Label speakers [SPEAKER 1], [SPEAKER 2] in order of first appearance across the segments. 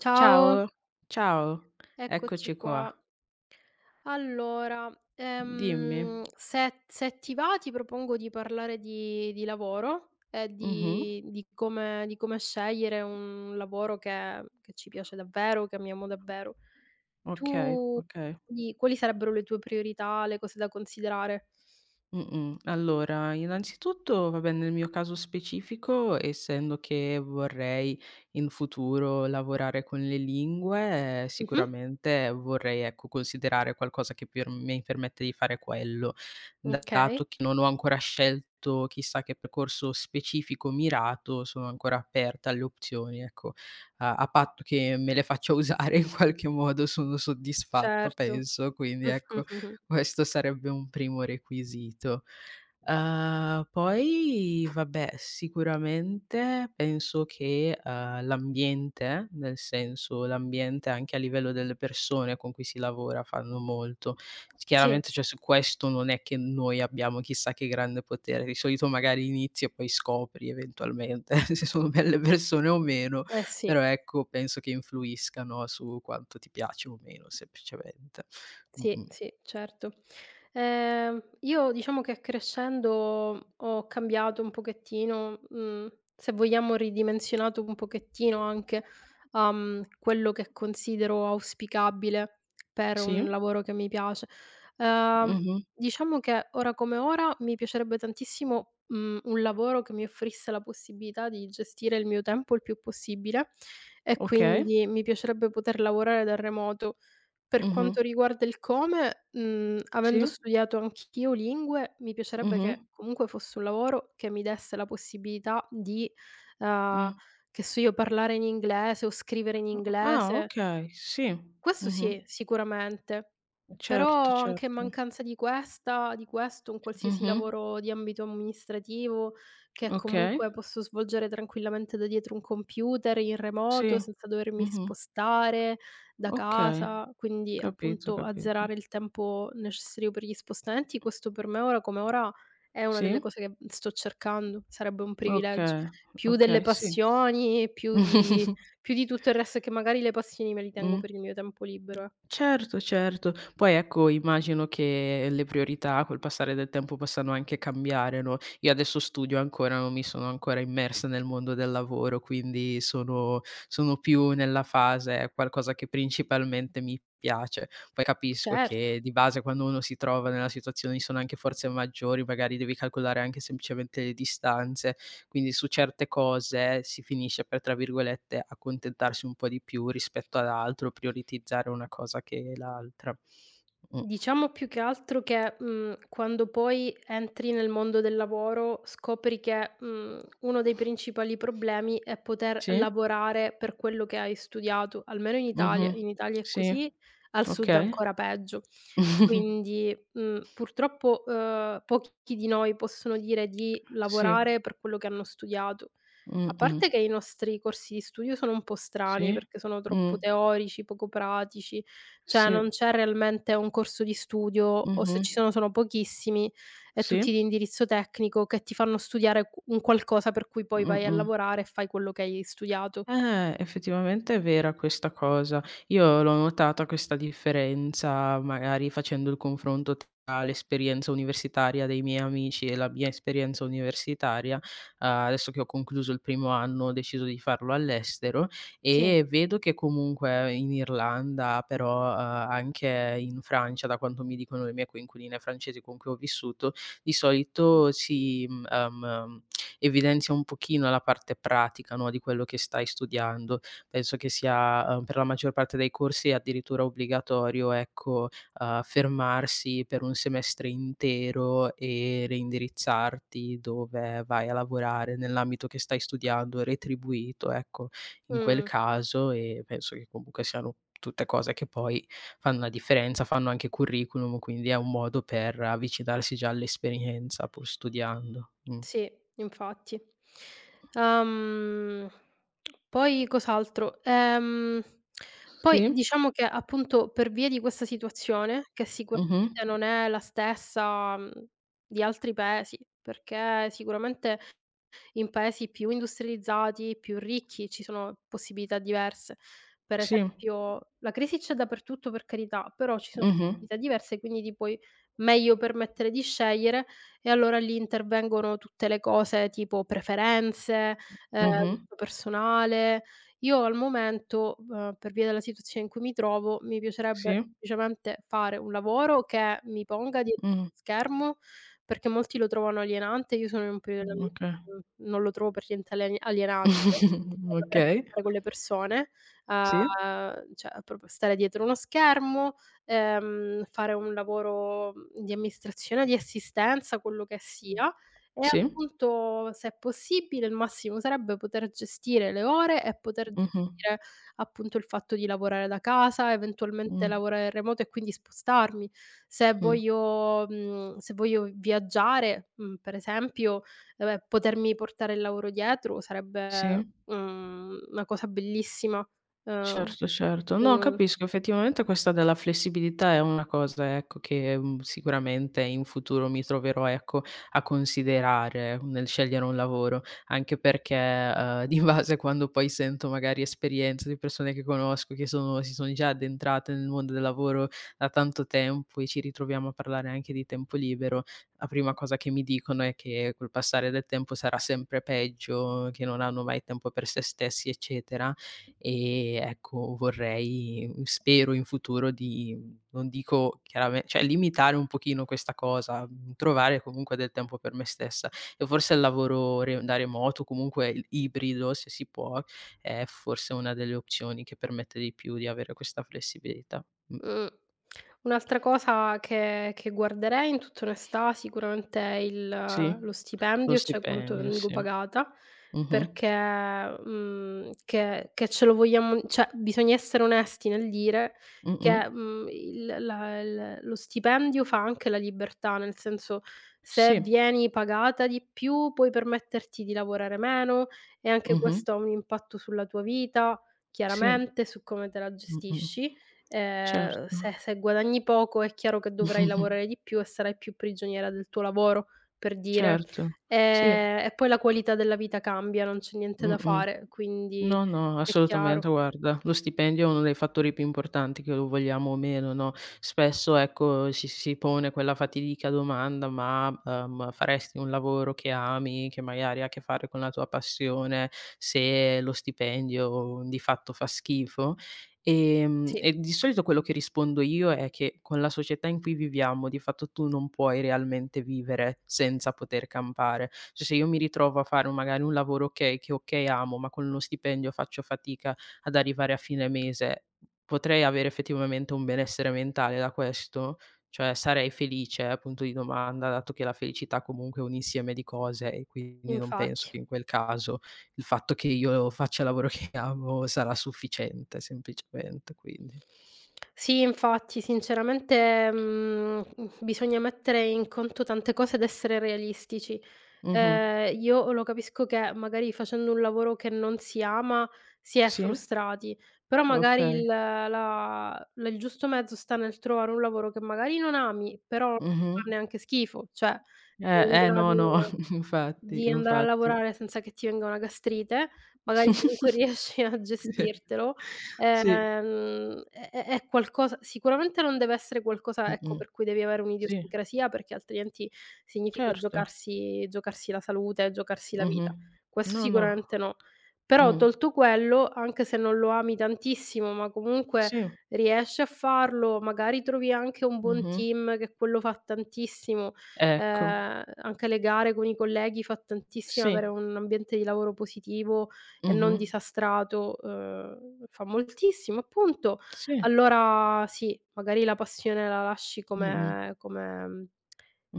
[SPEAKER 1] Ciao,
[SPEAKER 2] Ciao, ciao,
[SPEAKER 1] eccoci
[SPEAKER 2] eccoci
[SPEAKER 1] qua.
[SPEAKER 2] qua.
[SPEAKER 1] Allora,
[SPEAKER 2] Dimmi.
[SPEAKER 1] se ti va ti propongo di parlare di lavoro e
[SPEAKER 2] Mh-mh.
[SPEAKER 1] di come di come scegliere un lavoro che ci piace davvero, che amiamo davvero.
[SPEAKER 2] Okay,
[SPEAKER 1] Tu
[SPEAKER 2] okay.
[SPEAKER 1] di quali sarebbero le tue priorità, le cose da considerare?
[SPEAKER 2] Mh-mh. Allora, innanzitutto, vabbè, nel mio caso specifico, essendo che vorrei in futuro lavorare con le lingue,
[SPEAKER 1] Mh-mh.
[SPEAKER 2] sicuramente vorrei, ecco, considerare qualcosa che per mi permette di fare quello,
[SPEAKER 1] Okay,
[SPEAKER 2] dato che non ho ancora scelto chissà che percorso specifico mirato, sono ancora aperta alle opzioni, ecco. A patto che me le faccia usare in qualche modo sono soddisfatta
[SPEAKER 1] certo.
[SPEAKER 2] penso, quindi
[SPEAKER 1] Mh-mh,
[SPEAKER 2] ecco
[SPEAKER 1] mh-mh.
[SPEAKER 2] Questo sarebbe un primo requisito. Poi vabbè, sicuramente penso che, l'ambiente, nel senso l'ambiente anche a livello delle persone con cui si lavora fanno molto.
[SPEAKER 1] Sì,
[SPEAKER 2] Chiaramente, cioè, su questo non è che noi abbiamo chissà che grande potere. Di solito magari inizi e poi scopri eventualmente se sono belle persone o meno,
[SPEAKER 1] eh sì.
[SPEAKER 2] però ecco penso che influiscano su quanto ti piace o meno semplicemente.
[SPEAKER 1] Sì,
[SPEAKER 2] Mh-mh.
[SPEAKER 1] sì, certo. Io diciamo che crescendo ho cambiato un pochettino, se vogliamo ridimensionato un pochettino anche, quello che considero auspicabile per un
[SPEAKER 2] Sì,
[SPEAKER 1] lavoro che mi piace. Ehm,
[SPEAKER 2] mh-mh,
[SPEAKER 1] diciamo che ora come ora mi piacerebbe tantissimo, un lavoro che mi offrisse la possibilità di gestire il mio tempo il più possibile e
[SPEAKER 2] okay,
[SPEAKER 1] quindi mi piacerebbe poter lavorare da remoto. Per
[SPEAKER 2] mh-mh,
[SPEAKER 1] quanto riguarda il come, avendo
[SPEAKER 2] sì,
[SPEAKER 1] studiato anch'io lingue, mi piacerebbe
[SPEAKER 2] mh-mh,
[SPEAKER 1] che comunque fosse un lavoro che mi desse la possibilità di,
[SPEAKER 2] mh.
[SPEAKER 1] uhm, che so io, parlare in inglese o scrivere in
[SPEAKER 2] Ah,
[SPEAKER 1] inglese.
[SPEAKER 2] okay, sì,
[SPEAKER 1] Questo
[SPEAKER 2] mh-mh.
[SPEAKER 1] sì, sicuramente.
[SPEAKER 2] Certo,
[SPEAKER 1] Però anche in
[SPEAKER 2] certo.
[SPEAKER 1] mancanza di questa di questo, un qualsiasi
[SPEAKER 2] Mh-mh,
[SPEAKER 1] lavoro di ambito amministrativo, che
[SPEAKER 2] okay,
[SPEAKER 1] comunque posso svolgere tranquillamente da dietro un computer, in
[SPEAKER 2] sì,
[SPEAKER 1] remoto, senza dovermi
[SPEAKER 2] mh-mh,
[SPEAKER 1] spostare da
[SPEAKER 2] okay.
[SPEAKER 1] casa, quindi
[SPEAKER 2] Capito,
[SPEAKER 1] appunto
[SPEAKER 2] capito.
[SPEAKER 1] azzerare il tempo necessario per gli spostamenti, questo per me ora come ora è una delle
[SPEAKER 2] Sì,
[SPEAKER 1] cose che sto cercando, sarebbe un privilegio.
[SPEAKER 2] okay,
[SPEAKER 1] Più delle
[SPEAKER 2] okay, sì.
[SPEAKER 1] passioni, più di più di tutto il resto che magari le passioni me li tengo
[SPEAKER 2] Mh.
[SPEAKER 1] per il mio tempo libero, eh.
[SPEAKER 2] Certo, certo. Poi ecco, immagino che le priorità col passare del tempo possano anche cambiare, no, io adesso studio ancora, non mi sono ancora immersa nel mondo del lavoro, quindi sono più nella fase è qualcosa che principalmente mi piace. Poi capisco
[SPEAKER 1] Certo.
[SPEAKER 2] che di base quando uno si trova nella situazione ci sono anche forze maggiori, magari devi calcolare anche semplicemente le distanze. Quindi su certe cose si finisce per, tra virgolette, "accontentarsi" un po' di più rispetto ad altro, prioritizzare una cosa che l'altra. Mh.
[SPEAKER 1] Diciamo più che altro che, quando poi entri nel mondo del lavoro scopri che, uno dei principali problemi è poter
[SPEAKER 2] Sì.
[SPEAKER 1] lavorare per quello che hai studiato, almeno in Italia.
[SPEAKER 2] Mh-mh.
[SPEAKER 1] In Italia è
[SPEAKER 2] Sì.
[SPEAKER 1] così, al sud
[SPEAKER 2] Okay.
[SPEAKER 1] ancora peggio. Quindi, purtroppo, pochi di noi possono dire di
[SPEAKER 2] Sì.
[SPEAKER 1] lavorare per quello che hanno studiato. A
[SPEAKER 2] Mh-mh.
[SPEAKER 1] parte che i nostri corsi di studio sono un po' strani,
[SPEAKER 2] Sì.
[SPEAKER 1] perché sono
[SPEAKER 2] Mh.
[SPEAKER 1] troppo teorici, poco pratici. Cioè
[SPEAKER 2] Sì.
[SPEAKER 1] non c'è realmente un corso di studio o se
[SPEAKER 2] Mh-mh.
[SPEAKER 1] ci sono sono pochissimi e tutti
[SPEAKER 2] Sì.
[SPEAKER 1] di indirizzo tecnico che ti fanno studiare q un qualcosa per cui poi vai a
[SPEAKER 2] Mh-mh.
[SPEAKER 1] lavorare e fai quello che hai studiato.
[SPEAKER 2] Effettivamente è vera questa cosa. Io l'ho notata questa differenza, magari facendo il confronto tra l'esperienza universitaria dei miei amici e la mia esperienza universitaria. Adesso che ho concluso il primo anno, ho deciso di farlo all'estero
[SPEAKER 1] Sì.
[SPEAKER 2] e vedo che comunque in Irlanda, però, anche in Francia, da quanto mi dicono le mie coinquiline francesi con cui ho vissuto, di solito si, evidenzia un pochino la parte pratica, no, di quello che stai studiando. Penso che sia, per la maggior parte dei corsi addirittura obbligatorio, ecco, fermarsi per un semestre intero e reindirizzarti dove vai a lavorare nell'ambito che stai studiando, retribuito, ecco, in quel
[SPEAKER 1] Mh,
[SPEAKER 2] caso e penso che comunque siano tutte cose che poi fanno la differenza, fanno anche curriculum, quindi è un modo per avvicinarsi già all'esperienza pur studiando. Mh.
[SPEAKER 1] sì, infatti. Uhm, poi cos'altro? Poi
[SPEAKER 2] Sì,
[SPEAKER 1] diciamo che appunto per via di questa situazione, che sicuramente
[SPEAKER 2] mh-mh,
[SPEAKER 1] non è la stessa, di altri paesi, perché sicuramente in paesi più industrializzati, più ricchi ci sono possibilità diverse. Per
[SPEAKER 2] sì,
[SPEAKER 1] esempio la crisi c'è dappertutto per carità, però ci sono
[SPEAKER 2] mh-mh,
[SPEAKER 1] possibilità diverse, quindi ti puoi meglio permettere di scegliere e allora lì intervengono tutte le cose tipo preferenze,
[SPEAKER 2] mh-mh,
[SPEAKER 1] gusto personale. Io al momento, per via della situazione in cui mi trovo, mi piacerebbe
[SPEAKER 2] sì,
[SPEAKER 1] semplicemente fare un lavoro che mi ponga dietro
[SPEAKER 2] mh,
[SPEAKER 1] uno schermo perché molti lo trovano alienante, io sono in un periodo della mia vita
[SPEAKER 2] okay.
[SPEAKER 1] in cui non lo trovo per niente alienante,
[SPEAKER 2] Okay,
[SPEAKER 1] fare con le persone,
[SPEAKER 2] sì,
[SPEAKER 1] cioè proprio stare dietro uno schermo, fare un lavoro di amministrazione, di assistenza, quello che
[SPEAKER 2] mh,
[SPEAKER 1] sia, e
[SPEAKER 2] sì,
[SPEAKER 1] appunto se è possibile il massimo sarebbe poter gestire le ore e poter
[SPEAKER 2] mh-mh,
[SPEAKER 1] gestire appunto il fatto di lavorare da casa, eventualmente
[SPEAKER 2] mh,
[SPEAKER 1] lavorare in remoto e quindi spostarmi.
[SPEAKER 2] mh,
[SPEAKER 1] Se voglio viaggiare, per esempio, vabbè, potermi portare il lavoro dietro sarebbe,
[SPEAKER 2] sì.
[SPEAKER 1] una cosa bellissima. Uhm,
[SPEAKER 2] Certo, certo. No,
[SPEAKER 1] un
[SPEAKER 2] capisco, effettivamente questa della flessibilità è una cosa, ecco, che, sicuramente in futuro mi troverò, ecco, a considerare nel scegliere un lavoro, anche perché, di base quando poi sento magari esperienze di persone che conosco che sono si sono già addentrate nel mondo del lavoro da tanto tempo e ci ritroviamo a parlare anche di tempo libero, la prima cosa che mi dicono è che col passare del tempo sarà sempre peggio, che non hanno mai tempo per se stessi, eccetera. E ecco, vorrei spero in futuro di non dico chiarame cioè limitare un pochino questa cosa, trovare comunque del tempo per me stessa. E forse il lavoro re da remoto, comunque il ibrido, se si può, è forse una delle opzioni che permette di più di avere questa flessibilità. Mh.
[SPEAKER 1] Mh. Un'altra cosa che guarderei in tutta onestà sicuramente è il
[SPEAKER 2] Sì,
[SPEAKER 1] lo
[SPEAKER 2] lo
[SPEAKER 1] stipendio, cioè quanto
[SPEAKER 2] stipendio,
[SPEAKER 1] vengo
[SPEAKER 2] sì.
[SPEAKER 1] pagata,
[SPEAKER 2] Mh-mh.
[SPEAKER 1] perché, che ce lo vogliamo cioè bisogna essere onesti nel dire
[SPEAKER 2] Mh-mh.
[SPEAKER 1] che, il la il lo stipendio fa anche la libertà, nel senso se
[SPEAKER 2] Sì.
[SPEAKER 1] vieni pagata di più puoi permetterti di lavorare meno e anche
[SPEAKER 2] Mh-mh.
[SPEAKER 1] questo ha un impatto sulla tua vita,
[SPEAKER 2] Sì.
[SPEAKER 1] chiaramente, su come te la
[SPEAKER 2] Mh-mh.
[SPEAKER 1] gestisci.
[SPEAKER 2] Certo.
[SPEAKER 1] Se guadagni poco è chiaro che dovrai lavorare di più e sarai più prigioniera del tuo lavoro, per dire.
[SPEAKER 2] Certo. Sì.
[SPEAKER 1] E poi la qualità della vita cambia, non c'è niente da
[SPEAKER 2] Mh-mh.
[SPEAKER 1] fare, quindi
[SPEAKER 2] No, no,
[SPEAKER 1] è
[SPEAKER 2] assolutamente
[SPEAKER 1] chiaro.
[SPEAKER 2] guarda, lo stipendio è uno dei fattori più importanti che lo vogliamo o meno, no, spesso ecco si pone quella fatidica domanda: "Ma, faresti un lavoro che ami, che magari ha a che fare con la tua passione, se lo stipendio di fatto fa schifo?" Ehm,
[SPEAKER 1] Sì,
[SPEAKER 2] e di solito quello che rispondo io è che con la società in cui viviamo, di fatto tu non puoi realmente vivere senza poter campare. Cioè se io mi ritrovo a fare un magari un lavoro okay, che okay amo, ma con uno stipendio faccio fatica ad arrivare a fine mese, potrei avere effettivamente un benessere mentale da questo? Cioè sarei felice? Punto di domanda, dato che la felicità comunque è un insieme di cose e quindi non penso
[SPEAKER 1] infatti.
[SPEAKER 2] che in quel caso il fatto che io faccia il lavoro che amo sarà sufficiente semplicemente, quindi.
[SPEAKER 1] Sì, infatti, sinceramente, bisogna mettere in conto tante cose ed essere realistici.
[SPEAKER 2] Mh-mh.
[SPEAKER 1] Io lo capisco che magari facendo un lavoro che non si ama si è
[SPEAKER 2] Sì,
[SPEAKER 1] frustrati, però magari
[SPEAKER 2] okay.
[SPEAKER 1] il la la il giusto mezzo sta nel trovare un lavoro che magari non ami, però non
[SPEAKER 2] Mh-mh.
[SPEAKER 1] fa neanche schifo, cioè
[SPEAKER 2] Eh,
[SPEAKER 1] sei in
[SPEAKER 2] eh, no, no,
[SPEAKER 1] grado
[SPEAKER 2] infatti,
[SPEAKER 1] di andare a
[SPEAKER 2] infatti.
[SPEAKER 1] lavorare senza che ti venga una gastrite,
[SPEAKER 2] Sì.
[SPEAKER 1] magari comunque riesci a gestirtelo,
[SPEAKER 2] Sì.
[SPEAKER 1] è qualcosa sicuramente non deve essere qualcosa, ecco,
[SPEAKER 2] Mh-mh.
[SPEAKER 1] per cui devi avere
[SPEAKER 2] Sì,
[SPEAKER 1] un'idiosincrasia, perché altrimenti significa
[SPEAKER 2] certo.
[SPEAKER 1] giocarsi la salute, giocarsi la
[SPEAKER 2] Mh-mh.
[SPEAKER 1] vita. Questo
[SPEAKER 2] No, no.
[SPEAKER 1] sicuramente no. Però
[SPEAKER 2] Mh.
[SPEAKER 1] tolto quello, anche se non lo ami tantissimo, ma comunque
[SPEAKER 2] Sì.
[SPEAKER 1] riesci a farlo, magari trovi anche un buon
[SPEAKER 2] Mh-mh.
[SPEAKER 1] team che quello fa tantissimo.
[SPEAKER 2] Ecco,
[SPEAKER 1] Anche le gare con i colleghi fa tantissimo
[SPEAKER 2] sì.
[SPEAKER 1] avere un ambiente di lavoro positivo e non
[SPEAKER 2] Mh-mh.
[SPEAKER 1] disastrato, fa moltissimo appunto.
[SPEAKER 2] Sì.
[SPEAKER 1] Allora sì, magari la passione la lasci
[SPEAKER 2] Mh-mh.
[SPEAKER 1] come mhmm,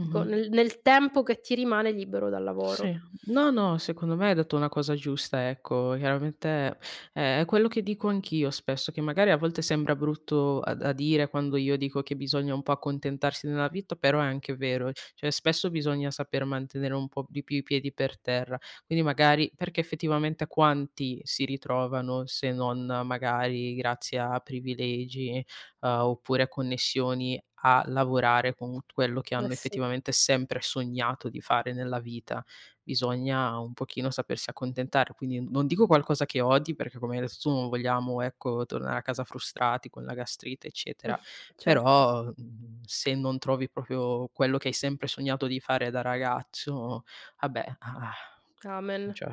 [SPEAKER 1] dico nel tempo che ti rimane libero dal
[SPEAKER 2] Sì.
[SPEAKER 1] lavoro.
[SPEAKER 2] No, no, secondo me hai detto una cosa giusta, ecco. Chiaramente è quello che dico anch'io spesso, che magari a volte sembra brutto a da dire quando io dico che bisogna un po' accontentarsi nella vita, però è anche vero. Cioè spesso bisogna saper mantenere un po' di più i piedi per terra. Quindi magari perché effettivamente quanti si ritrovano se non magari grazie a privilegi, oppure a connessioni a lavorare con quello che
[SPEAKER 1] Eh
[SPEAKER 2] hanno
[SPEAKER 1] sì,
[SPEAKER 2] effettivamente sempre sognato di fare nella vita bisogna un pochino sapersi accontentare. Quindi non dico qualcosa che odi, perché come hai detto tu non vogliamo, ecco, tornare a casa frustrati con la gastrite, eccetera,
[SPEAKER 1] certo.
[SPEAKER 2] però, se non trovi proprio quello che hai sempre sognato di fare da ragazzo, vabbè,
[SPEAKER 1] Amen.
[SPEAKER 2] cioè,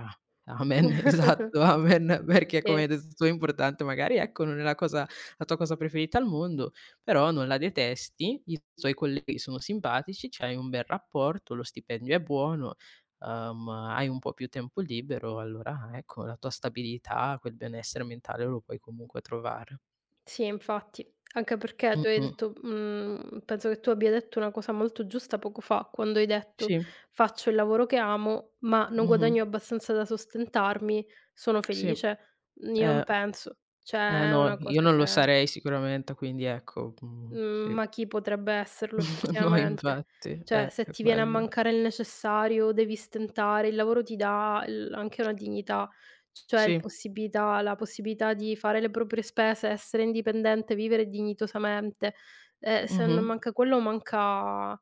[SPEAKER 2] amen, esatto, amen, perché come
[SPEAKER 1] Sì.
[SPEAKER 2] hai detto tu è importante, magari ecco, non è la tua cosa preferita al mondo, però non la detesti, i tuoi colleghi sono simpatici, c'hai un bel rapporto, lo stipendio è buono, hai un po' più tempo libero, allora ecco, la tua stabilità, quel benessere mentale lo puoi comunque trovare.
[SPEAKER 1] Sì, infatti, anche perché tu hai
[SPEAKER 2] Mh-mh.
[SPEAKER 1] detto penso che tu abbia detto una cosa molto giusta poco fa, quando hai detto:
[SPEAKER 2] Sì,
[SPEAKER 1] "Faccio il lavoro che amo, ma non
[SPEAKER 2] mh-mh.
[SPEAKER 1] guadagno abbastanza da sostentarmi, sono
[SPEAKER 2] Sì.
[SPEAKER 1] felice." Mhmm, io non
[SPEAKER 2] Eh,
[SPEAKER 1] penso.
[SPEAKER 2] eh
[SPEAKER 1] Cioè è
[SPEAKER 2] no,
[SPEAKER 1] una
[SPEAKER 2] io
[SPEAKER 1] cosa
[SPEAKER 2] non lo
[SPEAKER 1] che
[SPEAKER 2] sarei sicuramente, quindi ecco,
[SPEAKER 1] mhmm,
[SPEAKER 2] sì.
[SPEAKER 1] ma chi potrebbe esserlo
[SPEAKER 2] No,
[SPEAKER 1] effettivamente?
[SPEAKER 2] infatti,
[SPEAKER 1] Cioè, se
[SPEAKER 2] è
[SPEAKER 1] ti viene a
[SPEAKER 2] quello.
[SPEAKER 1] mancare il necessario, devi stentare, il lavoro ti dà l anche una dignità, cioè il
[SPEAKER 2] Sì,
[SPEAKER 1] possibilità la possibilità di fare le proprie spese, essere indipendente, vivere dignitosamente. Se
[SPEAKER 2] mh-mh,
[SPEAKER 1] non manca quello, manca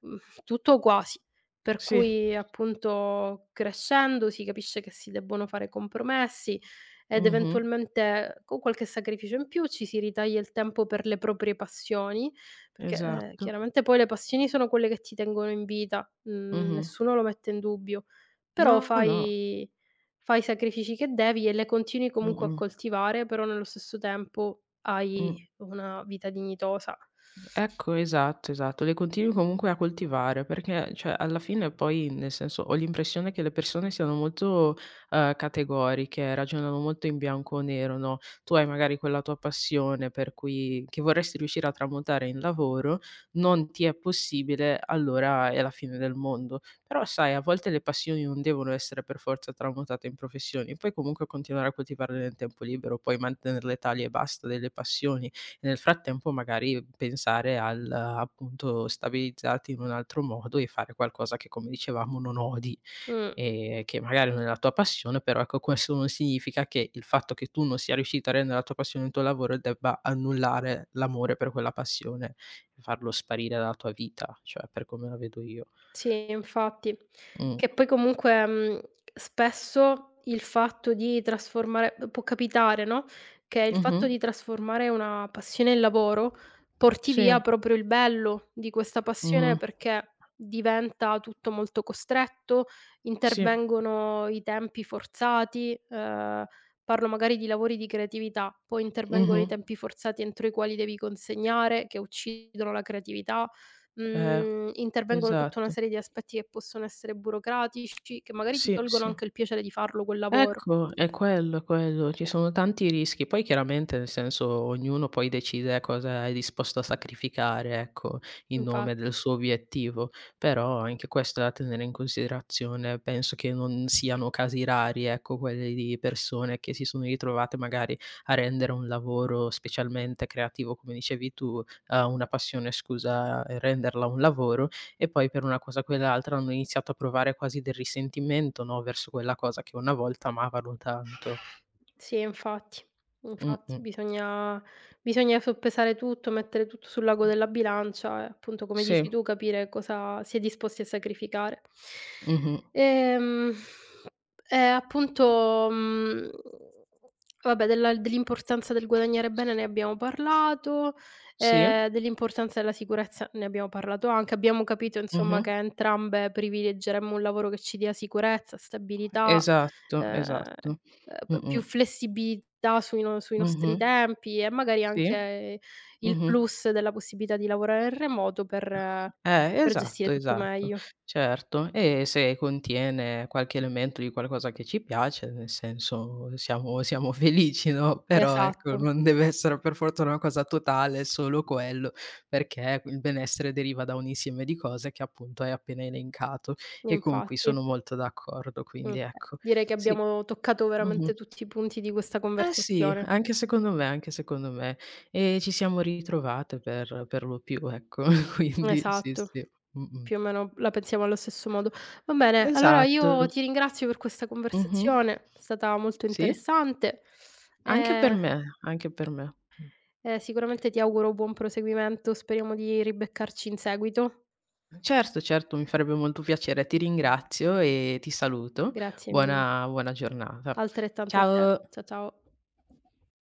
[SPEAKER 1] mh, tutto o quasi. Per
[SPEAKER 2] sì,
[SPEAKER 1] cui appunto crescendo si capisce che si debbono fare compromessi ed
[SPEAKER 2] mh-mh,
[SPEAKER 1] eventualmente con qualche sacrificio in più ci si ritaglia il tempo per le proprie passioni, perché,
[SPEAKER 2] esatto,
[SPEAKER 1] chiaramente poi le passioni sono quelle che ti tengono in vita,
[SPEAKER 2] mh-mh.
[SPEAKER 1] nessuno lo mette in dubbio, però
[SPEAKER 2] No, no,
[SPEAKER 1] fai i sacrifici che devi e le continui comunque a
[SPEAKER 2] mh-mh,
[SPEAKER 1] coltivare, però nello stesso tempo
[SPEAKER 2] mh.
[SPEAKER 1] hai una vita dignitosa.
[SPEAKER 2] Ecco, esatto, esatto. Le continui comunque a coltivare perché, cioè, alla fine poi, nel senso, ho l'impressione che le persone siano molto, categoriche, ragionano molto in bianco o nero, no, tu hai magari quella tua passione per cui che vorresti riuscire a tramutare in lavoro, non ti è possibile, allora è la fine del mondo. Però sai, a volte le passioni non devono essere per forza tramutate in professioni, puoi comunque continuare a coltivarle nel tempo libero, puoi mantenerle tali e basta delle passioni. Nel frattempo magari pensare al appunto, stabilizzarti in un altro modo e fare qualcosa che come dicevamo non odi,
[SPEAKER 1] Mh.
[SPEAKER 2] che magari non è la tua passione, però ecco questo non significa che il fatto che tu non sia riuscito a rendere la tua passione il tuo lavoro debba annullare l'amore per quella passione e farlo sparire dalla tua vita, cioè per come la vedo io.
[SPEAKER 1] Sì, infatti.
[SPEAKER 2] Mh.
[SPEAKER 1] Che poi comunque, spesso il fatto di trasformare può capitare, no, che il
[SPEAKER 2] Mh-mh.
[SPEAKER 1] fatto di trasformare una passione in lavoro porti
[SPEAKER 2] Sì.
[SPEAKER 1] via proprio il bello di questa
[SPEAKER 2] Mh-mh.
[SPEAKER 1] passione, perché diventa tutto molto costretto,
[SPEAKER 2] Sì.
[SPEAKER 1] intervengono i tempi forzati, parlo magari di lavori di creatività, poi intervengono
[SPEAKER 2] Mh-mh.
[SPEAKER 1] i tempi forzati entro i quali devi consegnare, che uccidono la creatività.
[SPEAKER 2] Eh,
[SPEAKER 1] Mhmm, intervengono tutta una
[SPEAKER 2] esatto.
[SPEAKER 1] serie di aspetti che possono essere burocratici, che magari ti
[SPEAKER 2] Sì,
[SPEAKER 1] tolgono
[SPEAKER 2] sì.
[SPEAKER 1] anche il piacere di farlo quel lavoro.
[SPEAKER 2] Ecco, è quello, è quello. Ci sono tanti rischi. Poi chiaramente, nel senso, ognuno poi decide cosa è disposto a sacrificare, ecco, in nome del
[SPEAKER 1] Infatti.
[SPEAKER 2] suo obiettivo. Però anche questo è da tenere in considerazione. Penso che non siano casi rari, ecco, quelli di persone che si sono ritrovate magari a rendere un lavoro specialmente creativo, come dicevi tu, una passione, scusa, e renderla un lavoro e poi per una cosa o quell'altra hanno iniziato a provare quasi del risentimento, no, verso quella cosa che una volta amavano tanto.
[SPEAKER 1] Sì, infatti. Infatti
[SPEAKER 2] Mh-mh.
[SPEAKER 1] bisogna soppesare tutto, mettere tutto sul lago della bilancia e appunto, come
[SPEAKER 2] Sì.
[SPEAKER 1] dici tu, capire cosa si è disposti a sacrificare.
[SPEAKER 2] Mh-mh.
[SPEAKER 1] Ehm, e appunto, vabbè della dell'importanza del guadagnare bene
[SPEAKER 2] S
[SPEAKER 1] ne abbiamo parlato,
[SPEAKER 2] Sì.
[SPEAKER 1] dell'importanza della sicurezza ne abbiamo parlato anche. Abbiamo capito insomma
[SPEAKER 2] Mh-mh.
[SPEAKER 1] che entrambe privilegeremmo un lavoro che ci dia sicurezza, stabilità,
[SPEAKER 2] Esatto,
[SPEAKER 1] ehm
[SPEAKER 2] esatto.
[SPEAKER 1] P più
[SPEAKER 2] Mh-mh.
[SPEAKER 1] flessibilità sui no sui
[SPEAKER 2] Mh-mh.
[SPEAKER 1] nostri tempi e magari
[SPEAKER 2] Sì.
[SPEAKER 1] anche il
[SPEAKER 2] Mh-mh.
[SPEAKER 1] plus della possibilità di lavorare in remoto per
[SPEAKER 2] Esatto,
[SPEAKER 1] gestire tutto
[SPEAKER 2] esatto,
[SPEAKER 1] meglio.
[SPEAKER 2] certo. E se contiene qualche elemento di qualcosa che ci piace, nel senso siamo felici, no, però ecco,
[SPEAKER 1] Esatto,
[SPEAKER 2] non deve essere per forza una cosa totale, solo quello, perché il benessere deriva da un insieme di cose che appunto hai appena elencato e con cui
[SPEAKER 1] infatti.
[SPEAKER 2] sono molto d'accordo, quindi
[SPEAKER 1] Okay.
[SPEAKER 2] ecco.
[SPEAKER 1] Direi che
[SPEAKER 2] Sì,
[SPEAKER 1] abbiamo toccato
[SPEAKER 2] mh-mh.
[SPEAKER 1] veramente tutti i punti di questa
[SPEAKER 2] Eh sì,
[SPEAKER 1] conversazione.
[SPEAKER 2] anche secondo me, anche secondo me. E ci siamo ritrovate per lo più, ecco, quindi sì,
[SPEAKER 1] Esatto,
[SPEAKER 2] sì. Mh-mh.
[SPEAKER 1] più o meno la pensiamo allo stesso modo. Va bene, allora
[SPEAKER 2] Esatto.
[SPEAKER 1] io ti ringrazio per questa
[SPEAKER 2] Mh-mh.
[SPEAKER 1] conversazione, è stata molto
[SPEAKER 2] Sì,
[SPEAKER 1] interessante.
[SPEAKER 2] anche per
[SPEAKER 1] Ehm,
[SPEAKER 2] me, anche per me. Mh.
[SPEAKER 1] eh, sicuramente ti auguro buon proseguimento, speriamo di ribeccarci in seguito.
[SPEAKER 2] Certo, certo, mi farebbe molto piacere. Ti ringrazio e ti saluto.
[SPEAKER 1] Grazie mille.
[SPEAKER 2] Buona giornata.
[SPEAKER 1] Altrettanto a te.
[SPEAKER 2] Ciao.
[SPEAKER 1] Ciao.